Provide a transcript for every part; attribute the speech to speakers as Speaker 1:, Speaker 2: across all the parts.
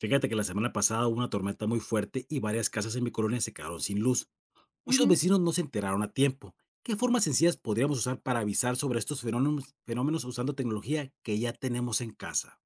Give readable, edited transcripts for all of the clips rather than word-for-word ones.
Speaker 1: Fíjate que la semana pasada hubo una tormenta muy fuerte y varias casas en mi colonia se quedaron sin luz. Muchos
Speaker 2: Ujú.
Speaker 1: vecinos no se enteraron a tiempo. ¿Qué formas sencillas podríamos usar para avisar sobre estos fenómenos usando tecnología que ya tenemos en casa?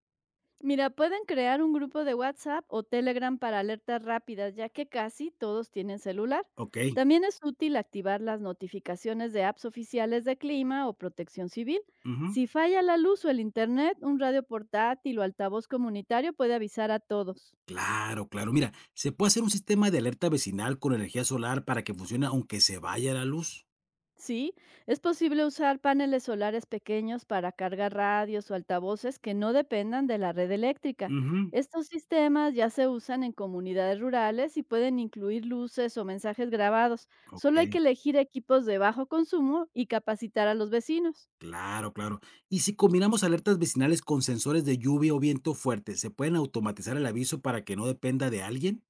Speaker 2: Mira, pueden crear un grupo de WhatsApp o Telegram para alertas rápidas, ya que casi todos tienen celular.
Speaker 1: Ok.
Speaker 2: También es útil activar las notificaciones de apps oficiales de clima o protección civil.
Speaker 1: Ujú.
Speaker 2: Si falla la luz o el internet, un radio portátil o altavoz comunitario puede avisar a todos.
Speaker 1: Claro, claro. Mira, se puede hacer un sistema de alerta vecinal con energía solar para que funcione aunque se vaya la luz.
Speaker 2: Sí, es posible usar paneles solares pequeños para cargar radios o altavoces que no dependan de la red eléctrica.
Speaker 1: Ujú.
Speaker 2: Estos sistemas ya se usan en comunidades rurales y pueden incluir luces o mensajes grabados. Solo hay
Speaker 1: Ok.
Speaker 2: que elegir equipos de bajo consumo y capacitar a los vecinos.
Speaker 1: Claro, claro. Y si combinamos alertas vecinales con sensores de lluvia o viento fuerte, ¿se pueden automatizar el aviso para que no dependa de alguien?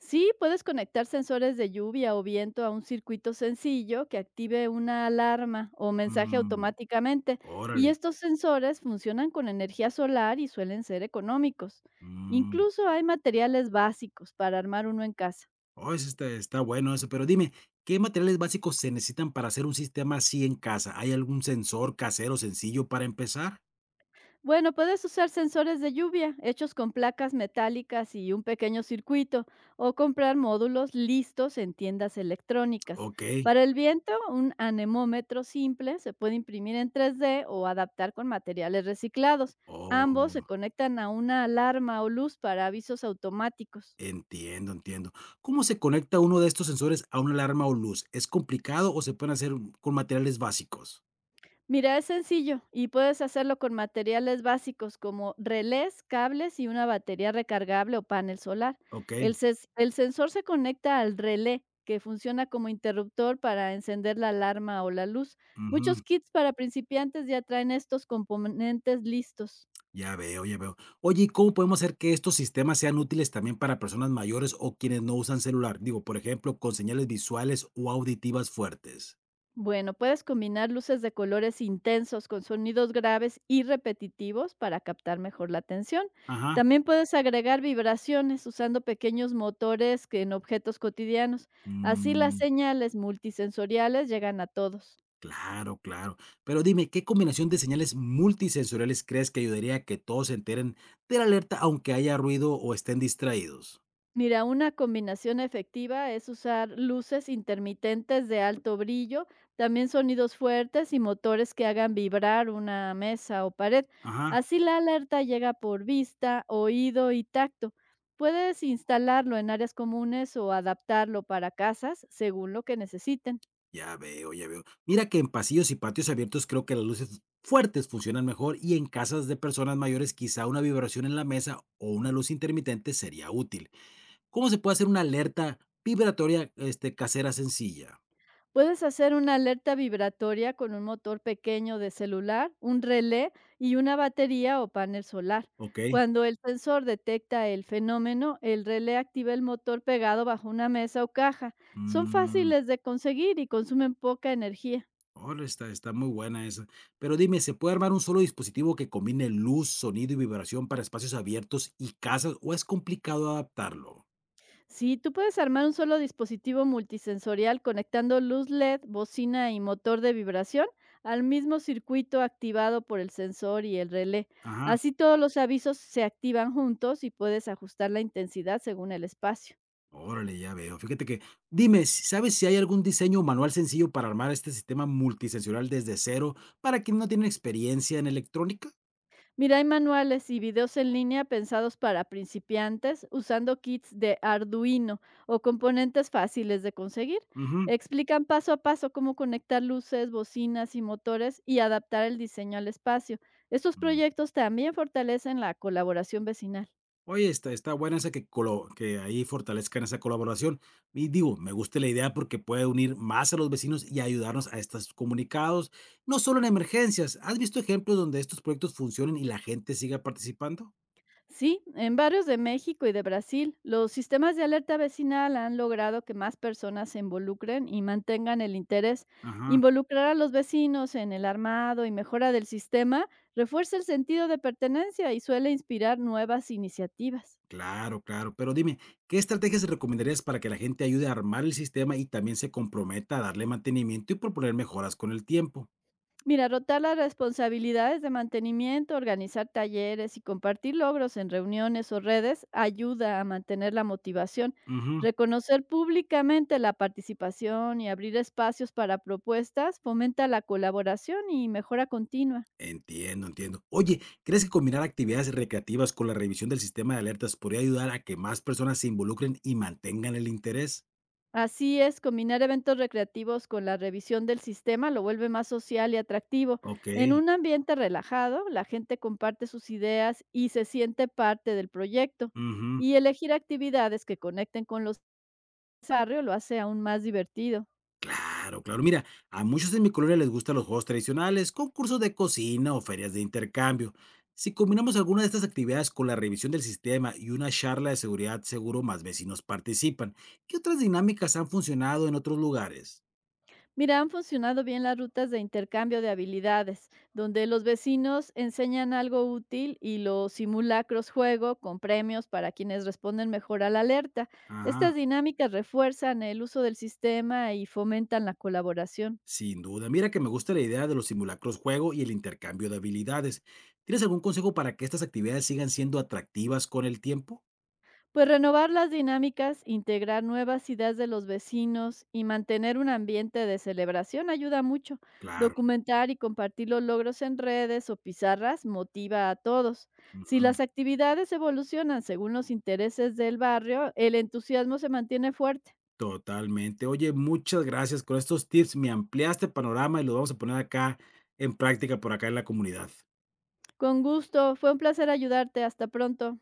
Speaker 2: Sí, puedes conectar sensores de lluvia o viento a un circuito sencillo que active una alarma o mensaje
Speaker 1: Mm.
Speaker 2: automáticamente, y
Speaker 1: Órale.
Speaker 2: estos sensores funcionan con energía solar y suelen ser económicos.
Speaker 1: Mm.
Speaker 2: Incluso hay materiales básicos para armar uno en casa.
Speaker 1: Oh, ese está bueno eso, pero dime, ¿qué materiales básicos se necesitan para hacer un sistema así en casa? ¿Hay algún sensor casero sencillo para empezar?
Speaker 2: Bueno, puedes usar sensores de lluvia hechos con placas metálicas y un pequeño circuito o comprar módulos listos en tiendas electrónicas.
Speaker 1: Okey.
Speaker 2: Para el viento, un anemómetro simple se puede imprimir en 3D o adaptar con materiales reciclados. Ambos se
Speaker 1: Oh,
Speaker 2: conectan a una alarma o luz para avisos automáticos.
Speaker 1: entiendo, entiendo. ¿Cómo se conecta uno de estos sensores a una alarma o luz? ¿Es complicado o se pueden hacer con materiales básicos?
Speaker 2: Mira, es sencillo y puedes hacerlo con materiales básicos como relés, cables y una batería recargable o panel solar.
Speaker 1: Okey.
Speaker 2: El sensor se conecta al relé, que funciona como interruptor para encender la alarma o la luz. Muchos
Speaker 1: Ujú.
Speaker 2: kits para principiantes ya traen estos componentes listos.
Speaker 1: Ya veo, ya veo. Oye, ¿y cómo podemos hacer que estos sistemas sean útiles también para personas mayores o quienes no usan celular? Digo, por ejemplo, con señales visuales o auditivas fuertes.
Speaker 2: Bueno, puedes combinar luces de colores intensos con sonidos graves y repetitivos para captar mejor la atención.
Speaker 1: Ajá.
Speaker 2: También puedes agregar vibraciones usando pequeños motores que en objetos cotidianos. Así las
Speaker 1: Mm,
Speaker 2: señales multisensoriales llegan a todos.
Speaker 1: claro, claro. Pero dime, ¿qué combinación de señales multisensoriales crees que ayudaría a que todos se enteren de la alerta, aunque haya ruido o estén distraídos?
Speaker 2: Mira, una combinación efectiva es usar luces intermitentes de alto brillo, también sonidos fuertes y motores que hagan vibrar una mesa o pared.
Speaker 1: Ajá.
Speaker 2: Así la alerta llega por vista, oído y tacto. Puedes instalarlo en áreas comunes o adaptarlo para casas según lo que necesiten.
Speaker 1: Ya veo, ya veo. Mira que en pasillos y patios abiertos creo que las luces fuertes funcionan mejor y en casas de personas mayores quizá una vibración en la mesa o una luz intermitente sería útil. ¿Cómo se puede hacer una alerta vibratoria, este, casera sencilla?
Speaker 2: Puedes hacer una alerta vibratoria con un motor pequeño de celular, un relé y una batería o panel solar.
Speaker 1: Ok.
Speaker 2: Cuando el sensor detecta el fenómeno, el relé activa el motor pegado bajo una mesa o caja. Son
Speaker 1: Mm.
Speaker 2: fáciles de conseguir y consumen poca energía.
Speaker 1: Órale, está muy buena esa. Pero dime, ¿se puede armar un solo dispositivo que combine luz, sonido y vibración para espacios abiertos y casas, o es complicado adaptarlo?
Speaker 2: Sí, tú puedes armar un solo dispositivo multisensorial conectando luz LED, bocina y motor de vibración al mismo circuito activado por el sensor y el relé.
Speaker 1: Ajá,
Speaker 2: Así todos los avisos se activan juntos y puedes ajustar la intensidad según el espacio.
Speaker 1: órale, ya veo. Fíjate que dime, si ¿sabes si hay algún diseño o manual sencillo para armar este sistema multisensorial desde cero para quienes no tienen experiencia en electrónica?
Speaker 2: Mira, hay manuales y videos en línea pensados para principiantes usando kits de Arduino o componentes fáciles de conseguir.
Speaker 1: Ujú.
Speaker 2: Explican paso a paso cómo conectar luces, bocinas y motores y adaptar el diseño al espacio. Estos proyectos también fortalecen la colaboración vecinal.
Speaker 1: Oye, está buena esa que ahí fortalezcan esa colaboración. Y digo, me gusta la idea porque puede unir más a los vecinos y ayudarnos a estos comunicados, no solo en emergencias. ¿Has visto ejemplos donde estos proyectos funcionen y la gente siga participando?
Speaker 2: Sí, en barrios de México y de Brasil, los sistemas de alerta vecinal han logrado que más personas se involucren y mantengan el interés.
Speaker 1: Ajá,
Speaker 2: Involucrar a los vecinos en el armado y mejora del sistema refuerza el sentido de pertenencia y suele inspirar nuevas iniciativas.
Speaker 1: claro, claro. Pero dime, ¿qué estrategias recomendarías para que la gente ayude a armar el sistema y también se comprometa a darle mantenimiento y proponer mejoras con el tiempo?
Speaker 2: Mira, rotar las responsabilidades de mantenimiento, organizar talleres y compartir logros en reuniones o redes ayuda a mantener la motivación.
Speaker 1: Ujú.
Speaker 2: Reconocer públicamente la participación y abrir espacios para propuestas fomenta la colaboración y mejora continua.
Speaker 1: Entiendo, entiendo. Oye, ¿crees que combinar actividades recreativas con la revisión del sistema de alertas podría ayudar a que más personas se involucren y mantengan el interés?
Speaker 2: Así es, combinar eventos recreativos con la revisión del sistema lo vuelve más social y atractivo.
Speaker 1: Ok.
Speaker 2: En un ambiente relajado, la gente comparte sus ideas y se siente parte del proyecto.
Speaker 1: Ujú.
Speaker 2: Y elegir actividades que conecten con los desarrollo lo hace aún más divertido.
Speaker 1: Claro, claro. Mira, a muchos en mi colonia les gustan los juegos tradicionales, concursos de cocina o ferias de intercambio. Si combinamos alguna de estas actividades con la revisión del sistema y una charla de seguridad, seguro más vecinos participan. ¿Qué otras dinámicas han funcionado en otros lugares?
Speaker 2: Mira, han funcionado bien las rutas de intercambio de habilidades, donde los vecinos enseñan algo útil y los simulacros juego con premios para quienes responden mejor a la alerta.
Speaker 1: Ajá.
Speaker 2: Estas dinámicas refuerzan el uso del sistema y fomentan la colaboración.
Speaker 1: Sin duda, mira que me gusta la idea de los simulacros juego y el intercambio de habilidades. ¿Tienes algún consejo para que estas actividades sigan siendo atractivas con el tiempo?
Speaker 2: Pues renovar las dinámicas, integrar nuevas ideas de los vecinos y mantener un ambiente de celebración ayuda mucho.
Speaker 1: Claro.
Speaker 2: Documentar y compartir los logros en redes o pizarras motiva a todos. Si las
Speaker 1: Ujú,
Speaker 2: actividades evolucionan según los intereses del barrio, el entusiasmo se mantiene fuerte.
Speaker 1: totalmente. Oye, muchas gracias. Con estos tips me ampliaste el panorama y los vamos a poner acá en práctica por acá en la comunidad.
Speaker 2: Con gusto, fue un placer ayudarte. Hasta pronto.